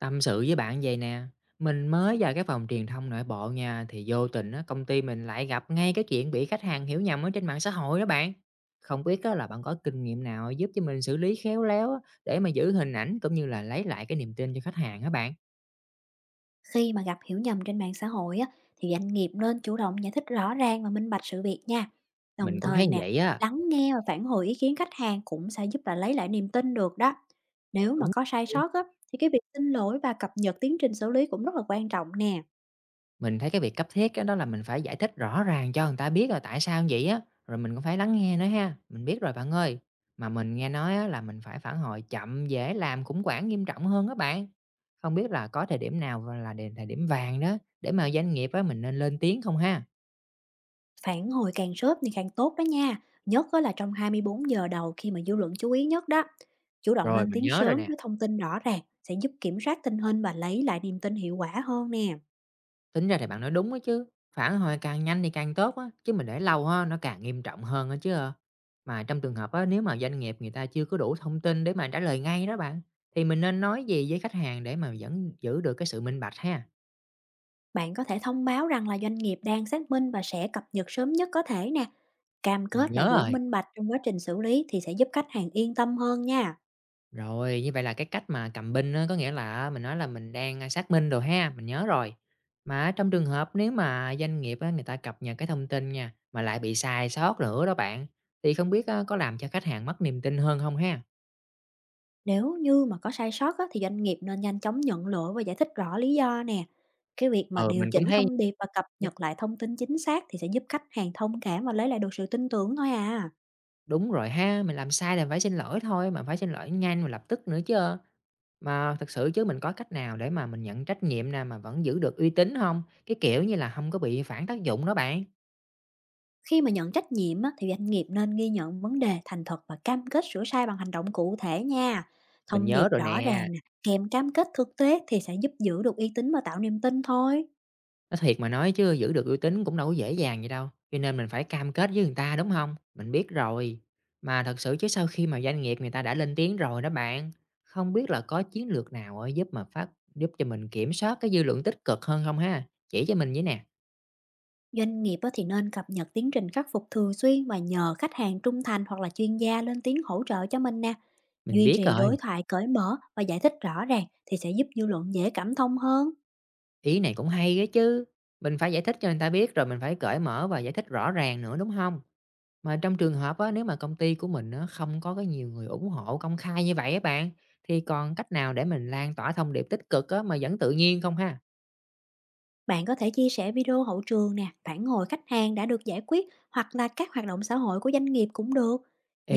Tâm sự với bạn vậy nè, mình mới vào cái phòng truyền thông nội bộ nha thì vô tình á, công ty mình lại gặp ngay cái chuyện bị khách hàng hiểu nhầm ở trên mạng xã hội đó bạn. Không biết á, là bạn có kinh nghiệm nào giúp cho mình xử lý khéo léo á, để mà giữ hình ảnh cũng như là lấy lại cái niềm tin cho khách hàng á bạn. Khi mà gặp hiểu nhầm trên mạng xã hội á, thì doanh nghiệp nên chủ động giải thích rõ ràng và minh bạch sự việc nha. Đồng Mình cũng thấy thời như nè, vậy á. lắng nghe và phản hồi ý kiến khách hàng cũng sẽ giúp là lấy lại niềm tin được đó. Nếu mà Đúng. có sai sót á, thì cái việc xin lỗi và cập nhật tiến trình xử lý cũng rất là quan trọng nè. Mình thấy cái việc cấp thiết á, đó là mình phải giải thích rõ ràng cho người ta biết là tại sao vậy á, rồi mình cũng phải lắng nghe nữa ha. Mình biết rồi bạn ơi. Mà mình nghe nói á, là mình phải phản hồi chậm, dễ làm, khủng hoảng nghiêm trọng hơn các bạn. Không biết là có thời điểm nào là thời điểm vàng đó để mà doanh nghiệp á, mình nên lên tiếng không ha? Phản hồi càng sớm thì càng tốt đó nha. Nhất á là trong 24 giờ đầu khi mà dư luận chú ý nhất đó. Chủ động Rồi lên mình tiếng nhớ rồi sớm nè. với thông tin rõ ràng sẽ giúp kiểm soát tình hình và lấy lại niềm tin hiệu quả hơn nè. Tính ra thì bạn nói đúng á chứ, phản hồi càng nhanh thì càng tốt á, chứ mình để lâu á nó càng nghiêm trọng hơn á chứ, ờ. Mà trong trường hợp á, nếu mà doanh nghiệp người ta chưa có đủ thông tin để mà trả lời ngay đó bạn, thì mình nên nói gì với khách hàng để mà vẫn giữ được cái sự minh bạch ha? Bạn có thể thông báo rằng là doanh nghiệp đang xác minh và sẽ cập nhật sớm nhất có thể nè. Cam Mình kết là nhớ giữ rồi. minh bạch trong quá trình xử lý thì sẽ giúp khách hàng yên tâm hơn nha. Rồi, như vậy là cái cách mà cầm binh á, có nghĩa là mình nói là mình đang, xác minh rồi ha, mình nhớ rồi. Mà trong trường hợp nếu mà doanh nghiệp á, người ta cập nhật cái thông tin nha, mà lại bị sai sót nữa đó bạn, thì không biết á có làm cho khách hàng mất niềm tin hơn không ha? Nếu như mà có sai sót á, thì doanh nghiệp nên nhanh chóng nhận lỗi và giải thích rõ lý do nè. Cái việc mà Ờ, điều mình cũng chỉnh thấy. thông điệp và cập Yeah, nhật lại thông tin chính xác thì sẽ giúp khách hàng thông cảm và lấy lại được sự tin tưởng thôi à. đúng rồi ha, mình làm sai là phải xin lỗi thôi, mà phải xin lỗi nhanh và lập tức nữa chứ. Mà thật sự chứ mình có cách nào để mà mình nhận trách nhiệm nè, mà vẫn giữ được uy tín hông? Cái kiểu như là hông có bị phản tác dụng đó bạn. Khi mà nhận trách nhiệm á, thì doanh nghiệp nên ghi nhận vấn đề thành thật và cam kết sửa sai bằng hành động cụ thể nha. Mình Thông nhớ điệp rồi rõ ràng nè, nè, kèm cam kết thực tế thì sẽ giúp giữ được uy tín và tạo niềm tin thôi. nói thiệt mà nói chứ giữ được uy tín cũng đâu có dễ dàng vậy đâu, cho nên mình phải cam kết với người ta, đúng hông? Mình biết rồi, mà thật sự chứ sau khi mà doanh nghiệp người ta đã lên tiếng rồi đó bạn, không biết là có chiến lược nào á giúp mà phát giúp cho mình kiểm soát cái dư luận tích cực hơn không ha? Chỉ cho mình với nè, Doanh nghiệp á, thì nên cập nhật tiến trình khắc phục thường xuyên và nhờ khách hàng trung thành hoặc là chuyên gia lên tiếng hỗ trợ cho mình nè. mình Duy biết trì rồi. đối thoại cởi mở và giải thích rõ ràng thì sẽ giúp dư luận dễ cảm thông hơn. Ý này cũng hay á chứ. Mình phải giải thích cho người ta biết rồi mình phải cởi mở và giải thích rõ ràng nữa, đúng không? Mà trong trường hợp á, nếu mà công ty của mình á, không có cái nhiều người ủng hộ công khai như vậy á bạn, thì còn cách nào để mình lan tỏa thông điệp tích cực á, mà vẫn tự nhiên không ha? Bạn có thể chia sẻ video hậu trường nè, phản hồi khách hàng đã được giải quyết hoặc là các hoạt động xã hội của doanh nghiệp cũng được.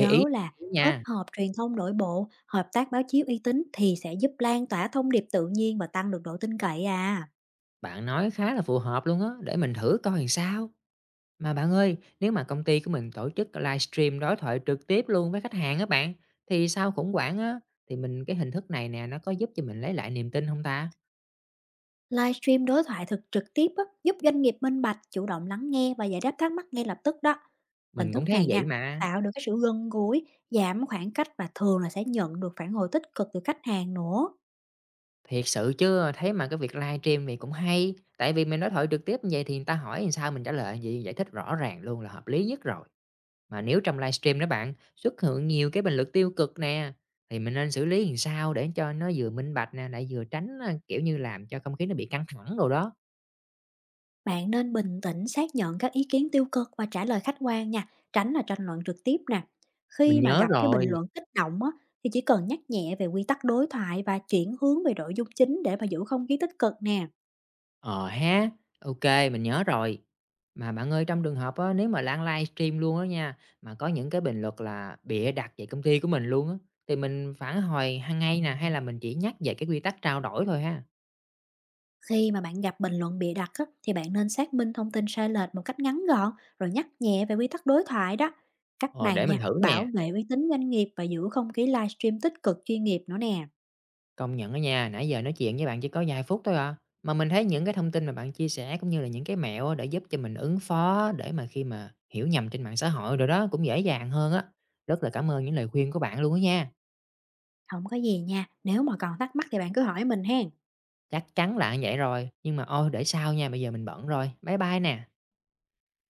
Ê, ý là nha, kết hợp truyền thông nội bộ, hợp tác báo chí uy tín thì sẽ giúp lan tỏa thông điệp tự nhiên và tăng được độ tin cậy à. bạn nói khá là phù hợp luôn á, để mình thử coi làm sao. Mà bạn ơi, nếu mà công ty của mình tổ chức livestream đối thoại trực tiếp luôn với khách hàng á bạn, thì sau khủng hoảng á, thì mình cái hình thức này nè, nó có giúp cho mình lấy lại niềm tin không ta? Livestream đối thoại thực trực tiếp á, giúp doanh nghiệp minh bạch, chủ động lắng nghe và giải đáp thắc mắc ngay lập tức đó. Hình Mình cũng thức thấy này vậy nha, mà. tạo được cái sự gần gũi, giảm khoảng cách và thường là sẽ nhận được phản hồi tích cực từ khách hàng nữa. Thiệt sự chứ, thấy mà cái việc live stream thì cũng hay, tại vì mình nói thoại trực tiếp như vậy thì người ta hỏi làm sao mình trả lời vậy, giải thích rõ ràng luôn là hợp lý nhất rồi. Mà nếu trong live stream đó bạn, xuất hiện nhiều cái bình luận tiêu cực nè, thì mình nên xử lý làm sao để cho nó vừa minh bạch nè, lại vừa tránh, a, kiểu như, làm cho không khí nó bị căng thẳng đồ đó. Bạn nên bình tĩnh xác nhận các ý kiến tiêu cực và trả lời khách quan nha, tránh là tranh luận trực tiếp nè. Mình Khi mà nhớ gặp cái rồi. bình luận kích động á, thì chỉ cần nhắc nhẹ về quy tắc đối thoại và chuyển hướng về nội dung chính để mà giữ không khí tích cực nè. Ờ ha, OK, mình nhớ rồi. Mà bạn ơi, trong trường hợp á, nếu mà lan livestream luôn á nha, mà có những cái bình luận là bịa đặt về công ty của mình luôn á, thì mình phản hồi hằng ngay nè, hay là mình chỉ nhắc về cái quy tắc trao đổi thôi ha? Khi mà bạn gặp bình luận bịa đặt á, thì bạn nên xác minh thông tin sai lệch một cách ngắn gọn rồi nhắc nhẹ về quy tắc đối thoại đó. Cách Ờ, này để mình nha, thử bảo nè. vệ uy tín doanh nghiệp và giữ không khí livestream tích cực chuyên nghiệp nữa nè. Công nhận đó nha, nãy giờ nói chuyện với bạn chỉ có vài phút thôi à, mà mình thấy những cái thông tin mà bạn chia sẻ cũng như là những cái mẹo á, để giúp cho mình ứng phó để mà khi mà hiểu nhầm trên mạng xã hội rồi đó cũng dễ dàng hơn á. Rất là cảm ơn những lời khuyên của bạn luôn á nha. Không có gì nha, nếu mà còn thắc mắc thì bạn cứ hỏi mình hen. Chắc chắn là như vậy rồi, nhưng mà, ôi, để sau nha, bây giờ mình bận rồi. Bye bye nè.